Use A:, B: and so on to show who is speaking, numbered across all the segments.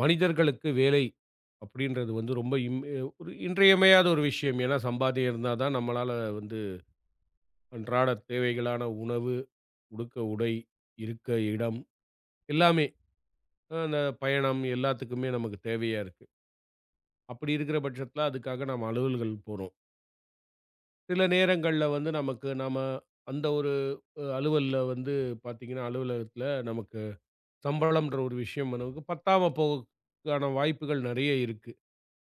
A: மனிதர்களுக்கு வேலை அப்படின்றது வந்து ரொம்ப ஒரு இன்றியமையாத ஒரு விஷயம். ஏன்னா, சம்பாத்தியம் இருந்தா தான் நம்மளால வந்து அன்றாட தேவைகளான உணவு, உடுக்க உடை, இருக்க இடம் எல்லாமே அந்த பயணம் எல்லாத்துக்குமே நமக்கு தேவையா இருக்கு. அப்படி இருக்கிற பட்சத்தில அதுக்காக நம்ம அலுவல்கள் போறோம். சில நேரங்கள்ல வந்து நமக்கு நம்ம அந்த ஒரு அலுவல்ல வந்து பார்த்தீங்கன்னா, அலுவலகத்தில நமக்கு சம்பளம்ன்ற ஒரு விஷயம் நமக்கு பத்தாம போகக்கான வாய்ப்புகள் நெறைய இருக்கு.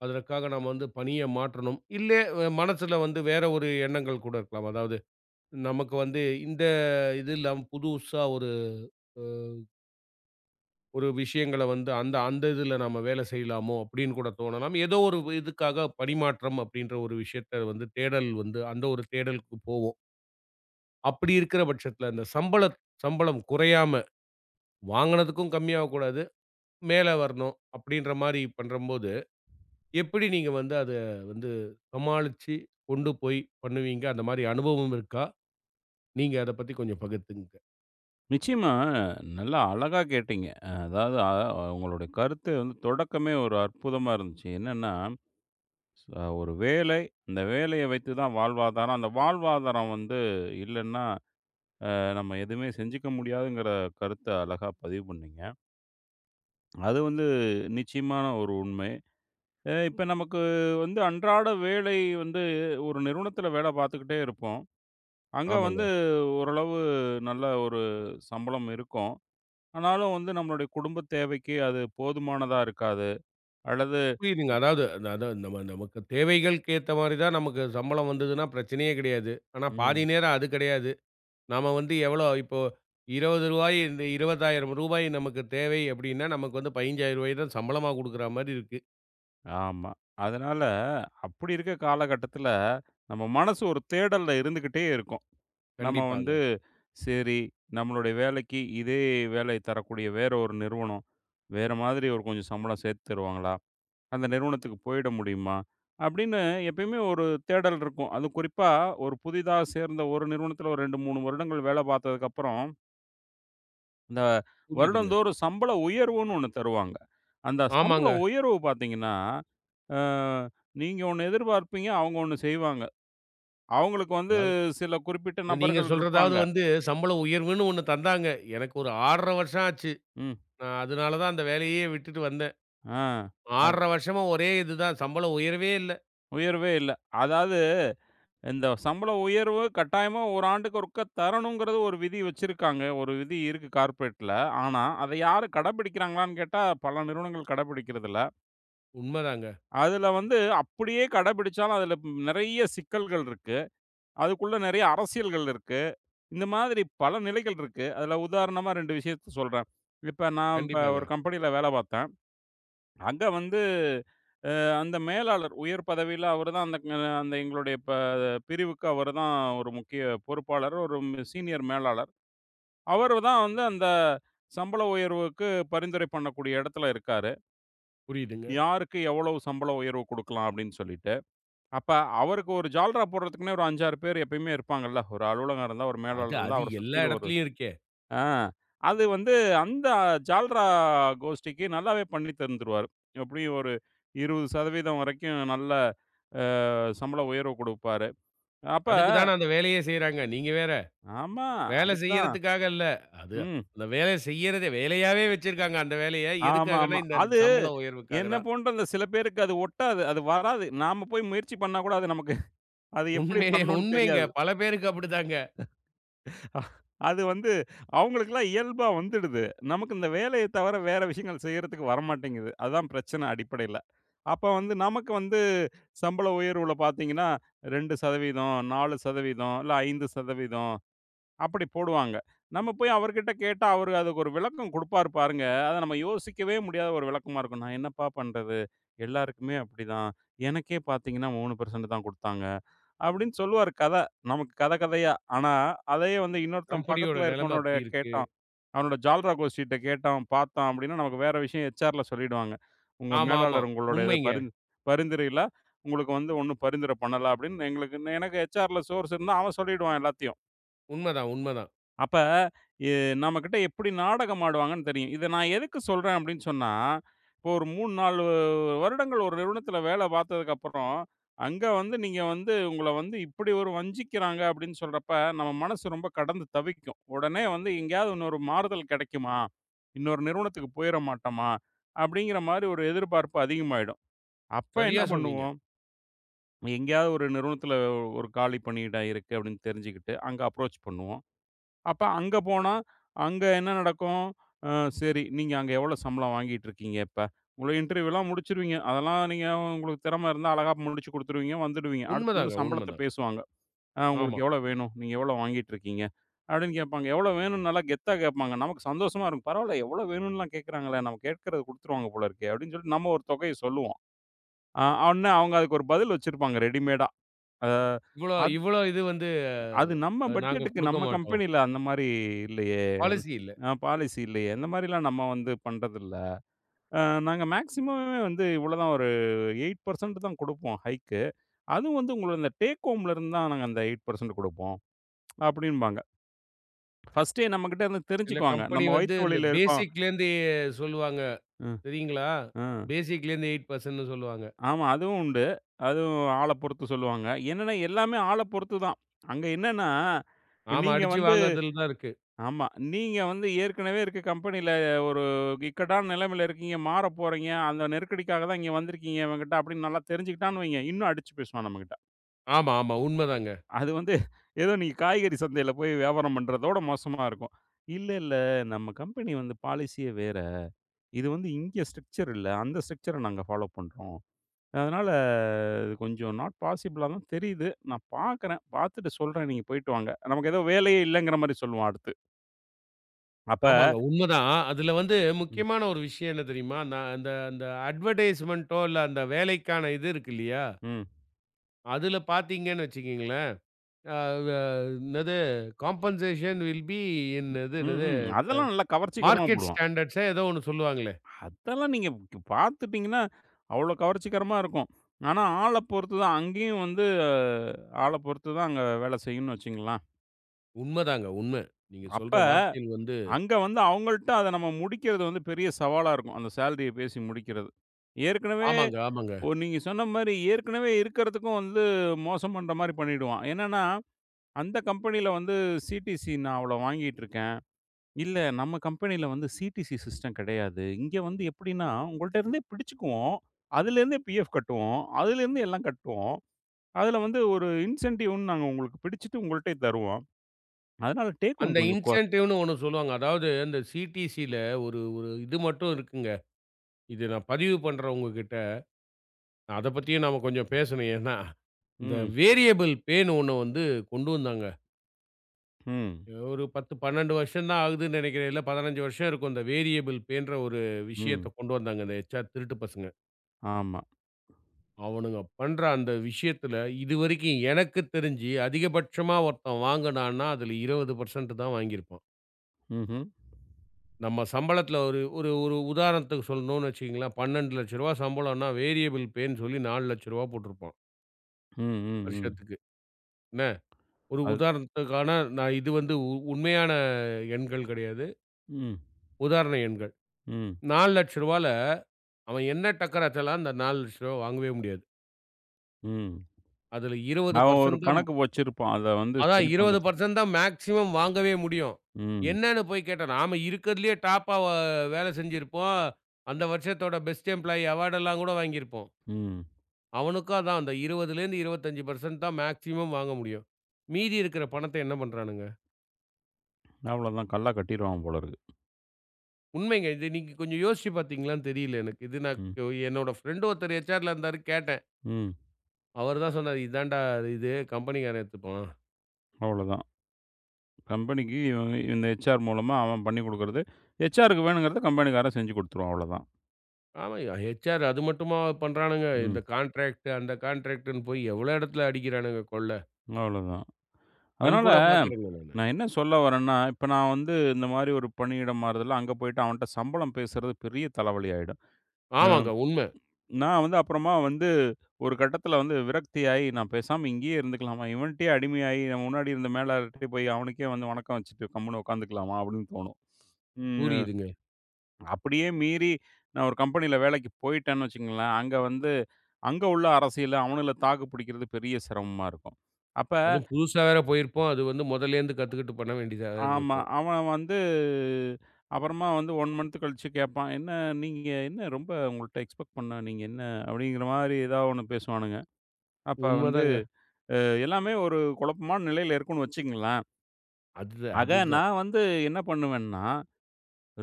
A: அதற்காக நம்ம வந்து பணிய மாற்றணும். இல்லே மனசுல வந்து வேற ஒரு எண்ணங்கள் கூட இருக்கலாம். அதாவது நமக்கு வந்து இந்த இது இல்லாம புதுசா அ ஒரு விஷயங்கள வந்து அந்த அந்த இதுல நம்ம வேலை செய்யலாமோ அப்படின்னு கூட தோணலாம். ஏதோ ஒரு இதுக்காக பணிமாற்றம் அப்படின்ற ஒரு விஷயத்த வந்து தேடல் வந்து அந்த ஒரு தேடலுக்கு போவோம். அப்படி இருக்கிற பட்சத்துல இந்த சம்பளம் குறையாம வாங்குனதுக்கும் கம்மியாகக்கூடாது, மேல வரணும் அப்படின்ற மாரி பண்றம்போது எப்படி நீங்க வந்து அத வந்து சமாளிச்சு கொண்டு போய் பண்ணுவீங்க? அந்த மாரி அனுபவம் இருக்கா? நீங்க அத பத்தி கொஞ்சம் பகிர்ந்துக்குங்க.
B: நிச்சயமா நல்லா அழகா கேட்டீங்க. அதாவது உங்களுடைய கருத்து வந்து தொடக்கமே ஒரு அற்புதமா இருந்துச்சு. என்னன்னா, ஸ் அ ஒரு வேலை, அந்த வேலைய வைத்து தான் வாழ்வாதாரம். அந்த வாழ்வாதாரம் வந்து இல்லன்னா, நம்ம எதுவுமே செஞ்சுக்க முடியாதுங்கிற கருத்த அழகா பதிவு பண்ணீங்க. அது வந்து நிச்சயமான ஒரு உண்மை. இப்ப நமக்கு வந்து அன்றாட வேலை வந்து ஒரு நிறுவனத்தில வேலை பார்த்துக்கிட்டே இருப்போம். அங்க
A: ஆமாங்க.
B: வந்து ஓரளவு நல்ல ஒரு சம்பளம் இருக்கும். ஆனாலும் வந்து நம்மளுடைய குடும்ப தேவைக்கு அது போதுமானதா இருக்காது. அல்லது
A: புரியுதுங்க. அதாவது அதான் நம்ம நமக்கு தேவைகளுக்கு ஏத்த மாரி தான் நமக்கு சம்பளம் வந்ததுன்னா பிரச்சனையே கிடையாது. ஆனா பாதி
B: ம்.
A: நேரம் அது கிடையாது. நாம வந்து எவ்வளோ இப்போ ரூ. 20 இந்த ரூ. 20,000 நமக்கு தேவை அப்படின்னா, நமக்கு வந்து ரூ. 15,000 தான் சம்பளமா குடுக்குற மாரி இருக்கு.
B: ஆமா. அதனால அப்படி இருக்க காலகட்டத்தில நம்ம மனசு ஒரு தேடல்ல இருந்துகிட்டே இருக்கும். நம்ம வந்து
A: கண்டிப்பாங்க.
B: சரி நம்மளுடைய வேலைக்கு இதே வேலைய தரக்கூடிய வேற ஒரு நிறுவனம், வேற மாதிரி ஒரு கொஞ்சம் சம்பளம் சேர்த்து தருவாங்களா? அந்த நிறுவனத்துக்கு போயிட முடியுமா? அப்படின்னு எப்பயுமே ஒரு தேடல் இருக்கும். அதுவும் குறிப்பா ஒரு புதிதா சேர்ந்த ஒரு நிறுவனத்தில ஒரு 2, 3 வருடங்கள் வேலை பார்த்ததுக்கப்புறம் இந்த
A: புரியுதுங்க.
B: வருடந்தோறும் சம்பள உயர்வுன்னு ஒண்ணு தருவாங்க. அந்த சம்பள
A: ஆமாங்க.
B: உயர்வு பார்த்தீங்கன்னா, அ நீங்க ஒண்ணு எதிர்பார்ப்பீங்க, அவங்க ஒண்ணு செய்வாங்க. அவங்களுக்கு வந்து
A: அதாவது
B: சில குறிப்பிட்ட
A: நீங்க
B: நபர்கள்
A: சொல்றதாவது
B: இருப்பாங்க.
A: வந்து சம்பள உயர்வுன்னு ஒண்ணு தந்தாங்க. எனக்கு ஒரு 1/2 வருஷம் ஆச்சு.
B: ம்.
A: நான் அதனால தான் அந்த வேலையே விட்டுட்டு வந்தேன்.
B: ஆ.
A: 6
B: அது
A: 1/2 வருஷமா ஒரே இதுதான். சம்பளம் உயரவே இல்ல.
B: உயர்வே இல்ல. அதாவது இந்த சம்பள உயர்வு கட்டாயமா ஒரு ஆண்டுக்கு ஒருக்கா தரணுங்கிறது ஒரு விதி வச்சிருக்காங்க. ஒரு விதி இருக்கு கார்ப்பரேட்ல. ஆனா, அத யாரு கடைபிடிக்கிறாங்களான்னு கேட்டா, பல நிறுவனங்கள் கடைபிடிக்கிறதில்ல.
A: உண்மதாங்க.
B: அதுல வந்து அப்படியே கடைபிடிச்சாலும், அதுல நெறைய சிக்கல்கள் இருக்கு. அதுக்குள்ள நெறைய அரசியல்கள் இருக்கு. இந்த மாதிரி பல நிலைகள் இருக்கு. அதுல உதாரணமா 2 விஷயத்த சொல்றேன். இப்ப நான்
A: கண்டிப்பாங்க.
B: ஒரு கம்பெனியில வேலை பார்த்தேன். அங்க வந்து அந்த மேலாளர் உயர் பதவியில அவரு தான் அந்த அந்த எங்களுடைய பிரிவுக்கு அவரு தான் ஒரு முக்கிய பொறுப்பாளர், ஒரு சீனியர் மேலாளர். அவரு தான் வந்து அந்த சம்பள உயர்வுக்கு பரிந்துரை பண்ணக்கூடிய இடத்துல இருக்காரு.
A: புரியுதுங்க.
B: யாருக்கு எவ்வளவு சம்பள உயர்வு குடுக்கலாம் அப்படின்னு சொல்லிட்டு. அப்ப அவருக்கு ஒரு ஜால்ரா போடுறதுக்குன்னே ஒரு 5, 6 பேர் எப்பயுமே இருப்பாங்கல்ல. ஒரு அலுவலகம் இருந்தா, ஒரு
A: அது
B: மேலாளர் இருந்தா,
A: அது
B: அவர
A: எல்லா
B: சுத்தியில ஒரு
A: இடத்துலயும் இருக்கே.
B: ஆ. அது வந்து அந்த ஜால்ரா கோஷ்டிக்கு நல்லாவே பண்ணி தந்துருவாரு. எப்படியும் ஒரு 20% வரைக்கும் நல்ல சம்பள உயர்வு குடுப்பாரு. அப்ப
A: அதுக்கு தான அந்த வேலையே செய்றாங்க. நீங்க வேற,
B: ஆமா.
A: வேலை
B: அதுக்கு தான்.
A: செய்யறதுக்காக இல்ல. அது
B: ம்.
A: அந்த வேலை செய்யறதே வேலையாவே வச்சிருக்காங்க அந்த வேலைய. எதுக்காகன்னா,
B: ஆமாமா.
A: இந்த
B: அது
A: சம்பள உயர்வுக்காக
B: என்ன
A: தான்.
B: போன்ற அந்த சில பேருக்கு அது ஒட்டாது. அது வராது. நாம போய் முயற்சி பண்ணா கூட அது நமக்கு அது எப்படி
A: உண்மையே
B: பண்ணணும்னு
A: உண்மைங்க.
B: தெரியாது.
A: பல பேருக்கு அப்படிதாங்க.
B: அ- அது வந்து அவங்களுக்கெல்லாம் இயல்பா வந்துடுது. நமக்கு இந்த வேலைய தவிர வேற விஷயங்கள் செய்யறதுக்கு வரமாட்டேங்குது. அதுதான் பிரச்சனை அடிப்படையில. அப்ப வந்து நமக்கு வந்து சம்பள உயர்வுல பார்த்தீங்கன்னா, 2% 4% இல்ல 5% அப்படி போடுவாங்க. நம்ம போய் அவர்கிட்ட கேட்டா, அவரு அதுக்கு ஒரு விளக்கம் குடுப்பாரு பாருங்க. அத நம்ம யோசிக்கவே முடியாத ஒரு விளக்கமா இருக்கும். நான் என்னப்பா பண்றது? எல்லாருக்குமே அப்படிதான். எனக்கே பார்த்தீங்கன்னா 3% தான் குடுத்தாங்க. அப்படின்னு சொல்லுவாரு கத. நமக்கு கத கதையா. ஆனா, அதையே வந்து இன்னொருத்தன்
A: கம்பெனியோட
B: பக்கத்துல
A: நிலைமை
B: இருக்கவனோட
A: அப்படி இருக்கு.
B: கேட்டான். அவனோட ஜால்ரா கோஷ்டிட்ட கேட்டான், பார்த்தான் அப்படின்னா, நமக்கு வேற விஷயம் ஹெச்ஆர்ல சொல்லிடுவாங்க. உங்க
A: ஆமாமா.
B: மேலாளர் உங்களோட இத
A: உண்மைங்க.
B: பரிந்துரையில உங்களுக்கு வந்து ஒண்ணும் பரிந்துரை பண்ணல அப்படின்னு எங்களுக்கு எனக்கு ஹெச்ஆர்ல சோர்ஸ் இருந்தா அவன் சொல்லிடுவான் எல்லாத்தையும்.
A: உண்மதான், உண்மதான்.
B: அப்ப எ நம்மகிட்ட எப்படி நாடகம் ஆடுவாங்கன்னு தெரியும். இத நான் எதுக்கு சொல்றேன் அப்படின்னு சொன்னா, இப்போ ஒரு 3, 4 வருடங்கள் ஒரு நிறுவனத்தில வேலை பார்த்ததுக்கப்புறம், அங்க வந்து நீங்க வந்து உங்கள வந்து இப்படி ஒரு வஞ்சிக்கிறாங்க அப்படின்னு சொல்றப்ப, நம்ம மனசு ரொம்ப கடந்து தவிக்கும். உடனே வந்து எங்கேயாவது இன்னொரு மாறுதல் கிடைக்குமா? இன்னொரு நிறுவனத்துக்கு போயிற மாட்டோமா? அப்படிங்கிற மாரி ஒரு எதிர்பார்ப்பு அதிகமாயிடும். அப்ப என்ன
A: சரியா சொன்னீங்க.
B: பண்ணுவோம், எங்கேயாவது ஒரு நிறுவனத்தில ஒரு காலி பணியிடம் இருக்கு அப்படின்னு தெரிஞ்சுக்கிட்டு, அங்க அப்ரோச் பண்ணுவோம். அப்ப அங்க போனா, அங்க என்ன நடக்கும்? அ சரி, நீங்க அங்க எவ்வளோ சம்பளம் வாங்கிட்டு இருக்கீங்க இப்ப? உங்களோட இன்டர்வியூலாம் முடிச்சுருவீங்க. அதெல்லாம் நீங்க உங்களுக்கு திறமை இருந்தா அழகா முடிச்சு குடுத்துருவீங்க, வந்துடுவீங்க. அடுத்து வந்து
A: உண்மதாங்க,
B: சம்பளத்த
A: உண்மதான்.
B: பேசுவாங்க.
A: ஆமா.
B: உங்களுக்கு எவ்வளோ வேணும்? நீங்க எவ்வளோ வாங்கிட்டு இருக்கீங்க?" அப்படின்னு கேட்பாங்க. எவ்வளோ வேணும்னு நல்லா கெத்தா கேட்பாங்க. நமக்கு சந்தோஷமா இருக்கும். "பரவால்ல, எவ்வளோ வேணும்னுலாம் கேட்கறாங்களே, நம்ம கேட்கறத குடுத்துருவாங்க போல இருக்கே!" அப்படின்னு சொல்லிட்டு நம்ம ஒரு தொகைய சொல்லுவோம். அ உடனே அவங்க அதுக்கு ஒரு பதில் வச்சிருப்பாங்க ரெடிமேடா. அ
A: இவ்வளோ
B: அது
A: இவ்வளோ இது வந்து
B: அது நம்ம
A: நாங்க
B: பட்ஜெட்டுக்கு
A: குடுக்க
B: நம்ம
A: மாட்டோம்.
B: கம்பெனில அந்த மாரி இல்லையே!
A: பாலிசி இல்ல.
B: ஆ பாலிசி இல்லையே. இந்த மாரிலாம் நம்ம வந்து பண்றதில்ல. அ நாங்க மேக்ஸிமமே வந்து இவ்வளோதான் ஒரு 8% தான் குடுப்போம் ஹைக்கு. அதுவும் வந்து உங்களோட இந்த டேக் ஹோம்ல இருந்து தான் நாங்க அந்த 8% குடுப்போம் அப்டிம்பாங்க. ஃபர்ஸ்ட்டே நம்மகிட்ட இருந்து
A: சில
B: தெரிஞ்சுக்குவாங்க.
A: கம்பெனி
B: நம்ம
A: வந்து
B: வயித்து
A: இந்த
B: வலியில இருக்கோம்.
A: பேசிக்லேருந்து சொல்லுவாங்க.
B: ம்,
A: சரிங்களா?
B: ம்.
A: பேசிக்லேருந்து 8% சொல்லுவாங்க.
B: ஆமா அதுவும் உண்டு. அதுவும் ஆள பொறுத்து சொல்லுவாங்க. என்னன்னா எல்லாமே ஆள பொறுத்து தான். அங்க என்னன்னா,
A: ஆமா,
B: நீங்க
A: அடிச்சு
B: வந்து
A: வாங்குறதுல தான் இருக்கு.
B: ஆமா. நீங்க வந்து ஏற்கனவே இருக்க கம்பெனில ஒரு இக்கட்டான நிலைமையில இருக்கீங்க. மாறப் போறீங்க. அந்த நெருக்கடிக்காக தான் இங்க வந்திருக்கீங்க இவன்கிட்ட அப்படின்னு நல்லா தெரிஞ்சுக்கிட்டான்னு வைங்க, இன்னும் அடிச்சு பேசுவான் நம்மகிட்ட.
A: ஆமா, ஆமா. உண்மதாங்க.
B: அது வந்து ஏதோ நீங்க காய்கறி சந்தையில போய் வியாபாரம் பண்றதோட மோசமா இருக்கும். இல்ல, இல்ல, நம்ம கம்பெனி வந்து பாலிசியே வேற. இது வந்து இங்க ஸ்ட்ரக்சர் இல்ல. அந்த ஸ்ட்ரக்சர நாங்க ஃபாலோ பண்றோம். அதனால இது கொஞ்சம் நாட் பாசிபிளா தான் தெரியுது. நான் பார்க்குறேன். பார்த்துட்டு சொல்றேன். நீங்க போயிட்டு வாங்க. நமக்கு ஏதோ வேலையே இல்லங்கிற மாரி சொல்லுவான் அடுத்து. அப்ப
A: ஆமாங்க. உண்மதான். அதுல வந்து
B: ம்.
A: முக்கியமான ஒரு விஷயம் என்ன தெரியுமா? நான் அந்த அந்த அட்வர்டைஸ்மென்ட்டோ இல்ல அந்த வேலைக்கான இது இருக்கு இல்லையா?
B: ம்.
A: அதுல பார்த்தீங்கன்னு வச்சுக்கங்களேன், அ வ என்னது காம்பன்சேஷன் வில் பி இன் இது
B: ம்,
A: என்னது
B: ம். அதெல்லாம் நல்லா கவர்ச்சிகரமா
A: மார்க்கெட்
B: போடுவான்.
A: ஸ்டாண்டர்ட்ஸா ஏதோ ஒண்ணு சொல்லுவாங்களே!
B: அதெல்லாம் நீங்க பார்த்துட்டீங்கன்னா, அவ்ளோ கவர்ச்சிகரமா இருக்கும். ஆனா, ஆள பொறுத்து தான். அங்கேயும் வந்து ஆள பொறுத்து தான் அங்க வேல செய்யும்னு வச்சுக்கங்களேன்.
A: உண்மதாங்க, உண்ம. நீங்க சொல்ற
B: அப்ப
A: வார்த்தைகள் வந்து
B: அங்க வந்து அவங்கள்ட்ட அத நம்ம முடிக்கிறது வந்து பெரிய சவாலா இருக்கும். அந்த சேலரிய பேசி முடிக்கிறது. ஏற்கனவே
A: ஆமாங்க, ஆமாங்க.
B: நீங்க சொன்ன மாரி ஏற்கனவே இருக்கிறதுக்கும் வந்து மோசம் பண்ற மாரி பண்ணிடுவான். என்னன்னா, அந்த கம்பெனியில வந்து சிடிசி நான் அவ்ளோ வாங்கிட்டுருக்கேன். இல்ல. நம்ம கம்பெனில வந்து சிடிசி சிஸ்டம் கிடையாது. இங்க வந்து எப்படின்னா, உங்கள்ட்ட இருந்தே பிடிச்சுக்குவோம். அதுலேருந்தே பிஎஃப் கட்டுவோம். அதுலேருந்து எல்லாம் கட்டுவோம். அதுல வந்து ஒரு இன்சென்டிவ்ன்னு நாங்க உங்களுக்கு பிடிச்சுட்டு உங்கள்ட்டயே தருவோம். அதனால டேக்
A: அந்த
B: ஹோம் கொஞ்சம்
A: இன்சென்டிவ்னு ஒண்ணு சொல்லுவாங்க. அதாவது அந்த சிடிசில ஒரு ஒரு இது மட்டும் இருக்குங்க. இது நான் பதிவு பண்றேன் உங்ககிட்ட. அத பத்தியும் நாம கொஞ்சம் பேசணும். ஏன்னா, இந்த
B: ம்,
A: வேரியபிள் பேன்னு ஒண்ணு வந்து கொண்டு வந்தாங்க.
B: ம்,
A: ஒரு 10, 12 வருஷம் தான் ஆகுதுன்னு நெனைக்கிறேன். இல்ல 15 வருஷம் இருக்கும். இந்த வேரியபிள் பேன்ற ஒரு
B: ம்.
A: விஷயத்த கொண்டு வந்தாங்க இந்த எச்ஆர் திருட்டு பசங்க.
B: ஆமா.
A: அவனுங்க பண்ற அந்த விஷயத்துல இதுவரைக்கும் எனக்கு தெரிஞ்சு அதிகபட்சமா ஒருத்தன் வாங்குனான்னா, அதுல 20% தான் வாங்கியிருப்பான்.
B: ம்ஹ்ம்.
A: நம்ம சம்பளத்துல ஒரு ஒரு ஒரு உதாரணத்துக்கு சொல்லணும்னு வச்சுக்கங்களேன், ரூ. 12,00,000 சம்பளம்னா, வேரியபிள் பேன்னு சொல்லி ரூ. 4,00,000 போட்டிருப்பான்,
B: ம், ம், ம்.
A: வருஷத்துக்கு. என்ன? ஒரு
B: அது
A: உதாரணத்துக்கான நான் இது வந்து உண்மையான எண்கள் கிடையாது.
B: ம்,
A: உதாரண எண்கள். ரூ.
B: ம்,
A: 4,00,000ல அவன் என்ன டக்கர் ஆச்சாலும் அந்த ரூ. 4,00,000 வாங்கவே முடியாது.
B: ம்.
A: அதுல
B: அவன் ஒரு
A: 20% தான்
B: கணக்கு வச்சிருப்பான். அத வந்து
A: அதான்
B: சரி பண்றதுக்கு.
A: 20% தான் மேக்ஸிமம் வாங்கவே முடியும்.
B: ம்,
A: என்னன்னு போய் கேட்டா, நாம இருக்கிறதுலயே டாப்பா வேலை செஞ்சிருப்போம். அந்த வருஷத்தோட பெஸ்ட் எம்ப்ளாயி அவார்டெல்லாம் கூட வாங்கியிருப்போம்.
B: ம்.
A: அவனுக்கும் அதான் அந்த 20லேருந்து 25% தான் மேக்ஸிமம் வாங்க முடியும். மீதி இருக்கிற பணத்த என்ன பண்றானுங்க?
B: அவ்வளோதான். கல்லா கட்டிருவான் போல இருக்கு.
A: உண்மைங்க. இது நீங்க கொஞ்சம் யோசிச்சு பார்த்தீங்களான்னு தெரியல எனக்கு. இது நான்
B: ம்,
A: என்னோட ஃப்ரெண்ட் ஒருத்தர் ஹெச்ஆர்ல இருந்தாரு கேட்டேன்.
B: ம்.
A: அவரு தான் சொன்னாரு, "இதான்டா இது கம்பெனிக்காரன் எடுத்துப்பான்."
B: அவ்வளோதான். கம்பெனிக்கு இவன் இந்த ஹெச்ஆர் மூலமா அவன் பண்ணி குடுக்குறது. ஹெச்ஆர்‌க்கு வேணுங்கிறத கம்பெனிக்காரன் செஞ்சு குடுத்துருவான் அவ்வளதான்.
A: ஆமாய்யா, ஹெச்ஆர் அது மட்டுமா பண்றானுங்க?
B: ம்.
A: இந்த கான்ட்ராக்ட், அந்த கான்ட்ராக்ட்ன்னு போய் எவ்வளோ இடத்துல அடிக்கிறானுங்க கொள்ள.
B: அவ்வளதான். அதனால
A: கண்கூடா பார்க்குறேங்க நானு.
B: நான் என்ன சொல்ல வரேன்னா, இப்ப நான் வந்து இந்த மாரி ஒரு பணியிடம் மாறுதல்ல அங்க போயிட்டு அவன்ட்ட சம்பளம் பேசுறது பெரிய தலைவலி ஆயிடும். ம்.
A: ஆமாங்க உண்ம.
B: நான் வந்து அப்புறமா வந்து ஒரு கட்டத்தில வந்து விரக்தியாயி நான் பேசாம இங்கேயே இருந்துக்கலாமா? இவன்ட்டயே அடிமையாயி, நான் முன்னாடி இருந்த மேலாளர்ட்டயே போய் அவனுக்கே வந்து வணக்கம் வச்சுட்டு கம்முனு உட்காந்துக்கலாமா? அப்படின்னு தோணும். ம்.
A: புரியுதுங்க.
B: அப்படியே மீறி நான் ஒரு கம்பெனியில வேலைக்கு போயிட்டேன்னு வச்சுக்கங்களேன், அங்க வந்து அங்க உள்ள அரசியல அவனுங்கள தாக்கு பிடிக்கிறது பெரிய சிரமமா இருக்கும். அப்ப
A: அதுவும் புதுசா வேற போயிருப்போம். அது வந்து மொதல்லேருந்து கத்துக்கிட்டு பண்ண வேண்டியதா வேற
B: ஆமா.
A: இருக்கும்.
B: அவன் வந்து அப்புறமா வந்து 1 மந்த் கழிச்சு கேட்பான். "என்ன நீங்க என்ன ரொம்ப உங்கள்ட்ட எக்ஸ்பெக்ட் பண்ணேன். நீங்க என்ன?" அப்படிங்கிற மாரி ஏதாவது ஒண்ணு பேசுவானுங்க. அப்ப வந்து
A: உண்மதாங்க.
B: எல்லாமே ஒரு குழப்பமான நிலையில இருக்குன்னு வச்சுக்கங்களேன்.
A: அது
B: ஆக
A: அதுதான்.
B: நான் வந்து என்ன பண்ணுவேன்னா,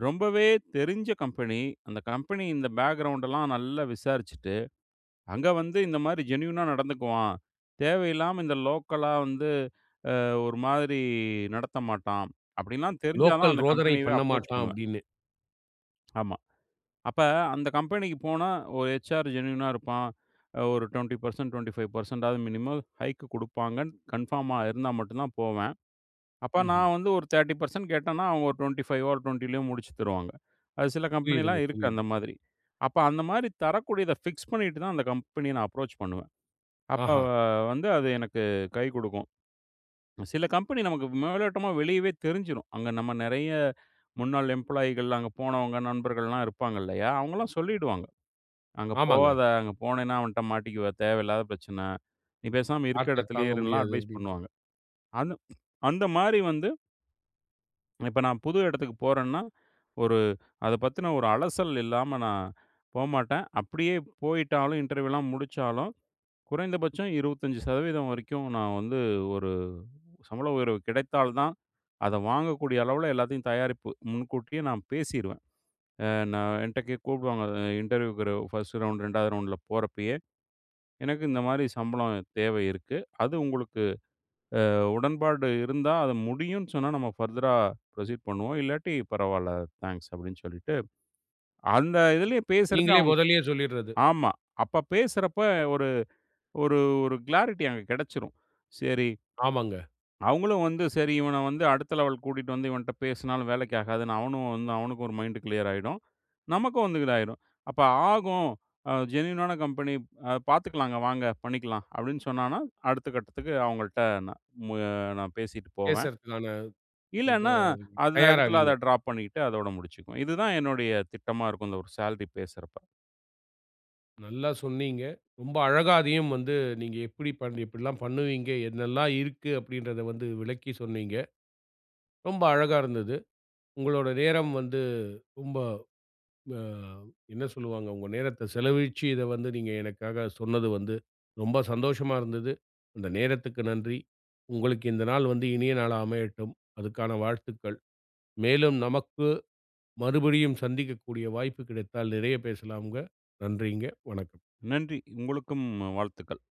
B: ரொம்பவே தெரிஞ்ச கம்பெனி. அந்த கம்பெனி இந்த பேக்கிரவுண்ட் எல்லாம் நல்லா விசாரிச்சுட்டு அங்க வந்து இந்த மாரி ஜென்யூனா நடந்துக்குவான். தேவையில்லாம இந்த லோக்கலா வந்து ஒரு மாதிரி நடத்த மாட்டான். அப்படின்லாம் தெரிஞ்சா தான்
A: லோக்கல்
B: அந்த
A: ரோதனை
B: கம்பெனியவே
A: பண்ண
B: அப்ரோச்
A: மாட்டான்
B: பண்ணுவேன்.
A: அப்படின்னு.
B: ஆமா. அப்ப அந்த கம்பெனிக்கு போனா ஒரு ஹெச்ஆர் ஜென்யூனா இருப்பான். ஒரு 20% 25% ஆவது மினிமம் ஹைக் குடுப்பாங்கன்னு கன்ஃபார்மா இருந்தா மட்டும் தான் போவேன். அப்ப
A: ம்ஹ்ம்.
B: நான் வந்து ஒரு 30% கேட்டேன்னா, அவங்க ஒரு 25 ஆர் 20லயோ முடிச்சு தருவாங்க. அது சில
A: புரியுதுங்க,
B: கம்பெனிலாம் இருக்கு
A: புரியுது.
B: அந்த மாதிரி. அப்ப அந்த மாரி தரக்கூடியத ஃபிக்ஸ் பண்ணிட்டு தான் அந்த கம்பெனிய நான் அப்ரோச் பண்ணுவேன். அப்ப
A: ஆஹா!
B: வந்து அது எனக்கு கை குடுக்கும். சில கம்பெனி நமக்கு மேலோட்டமா வெளியவே தெரிஞ்சிரும். அங்க நம்ம நெறைய முன்னாள் எம்ப்ளாயிகள் அங்க போனவங்க, நண்பர்கள்லாம் இருப்பாங்க இல்லையா? அவங்கலாம் சொல்லிடுவாங்க. "அங்க
A: ஆமாங்க.
B: போகாத. அங்க போனேன்னா அவன்ட்ட மாட்டிக்குவ. தேவையில்லாத பிரச்சனை. நீ பேசாம இருக்க
A: டார்ச்சர்
B: இடத்துலயே
A: தாங்க
B: இருன்லாம்"
A: முடியாது
B: அட்வைஸ்
A: அப்படின்ட்டு.
B: பண்ணுவாங்க. அந்த அந்த மாரி வந்து இப்ப நான் புது இடத்துக்கு போறேன்னா, ஒரு அத பத்தின ஒரு அலசல் இல்லாம நான் போமாட்டேன். அப்படியே போயிட்டாலும் இன்டர்வியூலாம் முடிச்சாலும் குறைந்தபட்சம் 25% வரைக்கும் நான் வந்து ஒரு சம்பள உயர்வு கிடைத்தால் தான், அத வாங்கக்கூடிய அளவுல எல்லாத்தையும் தயாரிப்பு முன்கூட்டியே நான் பேசிருவேன். அ நான் என்ட்ட கூப்பிடுவாங்க இன்டர்வியூக்கு ஃபர்ஸ்ட் ரவுண்ட், 2வது ரவுண்ட்ல போறப்பயே, எனக்கு இந்த மாரி சம்பளம் தேவை இருக்கு. அது உங்களுக்கு உடன்பாடு இருந்தா, அது முடியும்ன்னு சொன்னா நம்ம ஃபர்தரா ப்ரொசீட் பண்ணுவோம். இல்லாட்டி பரவால்ல தேங்க்ஸ் அப்படின்னு சொல்லிட்டு, அந்த இதுலயே பேசுறப்ப
A: நீங்களே
B: அவங்க
A: முதல்லயே சொல்லிடுறது.
B: ஆமா. அப்ப பேசுறப்ப ஒரு ஒரு ஒரு கிளாரிட்டி அங்க கிடைச்சிரும். சரி
A: ஆமாங்க.
B: அவங்களும் வந்து சரி இவன வந்து அடுத்த லெவல் கூட்டிட்டு வந்து இவன்ட்ட பேசினாலும் வேலைக்கு ஆகாதுன்னு அவனும் வந்து அவனுக்கும் ஒரு மைண்ட் கிளியர் ஆயிடும். நமக்கும் வந்து இதாயிடும். அப்ப ஆகும். ஜென்யூனான கம்பெனி பார்த்துக்கலாங்க வாங்க பண்ணிக்கலாம் அப்படின்னு சொன்னான்னா, அடுத்த கட்டத்துக்கு அவங்கள்ட்ட நான் மு நான் பேசிட்டு போவேன்.
A: பேசுறதுக்கான இது
B: இல்லன்னா அந்த இடத்துல
A: தயாராவீங்க.
B: அத ட்ராப் பண்ணிக்கிட்டு அதோட முடிச்சுக்குவேன். இதுதான் என்னுடைய திட்டமா இருக்கும். இந்த ஒரு சேலரி பேசுறப்ப.
A: நல்லா சொன்னீங்க. ரொம்ப அழகா அதையும் வந்து நீங்க எப்படி எப்படிலாம் பண்ணுவீங்க, என்னெல்லாம் இருக்கு அப்படின்றத வந்து விளக்கி சொன்னீங்க. ரொம்ப அழகா இருந்தது. உங்களோட நேரம் வந்து ரொம்ப அ என்ன சொல்லுவாங்க, உங்க நேரத்த செலவழிச்சு இத வந்து நீங்க எனக்காக சொன்னது வந்து ரொம்ப சந்தோஷமா இருந்தது. அந்த நேரத்துக்கு நன்றி. உங்களுக்கு இந்த நாள் வந்து இனிய நாளா அமையட்டும். அதுக்கான வாழ்த்துக்கள். மேலும் நமக்கு மறுபடியும் சந்திக்கக்கூடிய வாய்ப்பு கிடைத்தால் நிறைய பேசலாம்ங்க. நன்றிங்க. வணக்கம்.
B: நன்றி. உங்களுக்கும் வாழ்த்துக்கள்.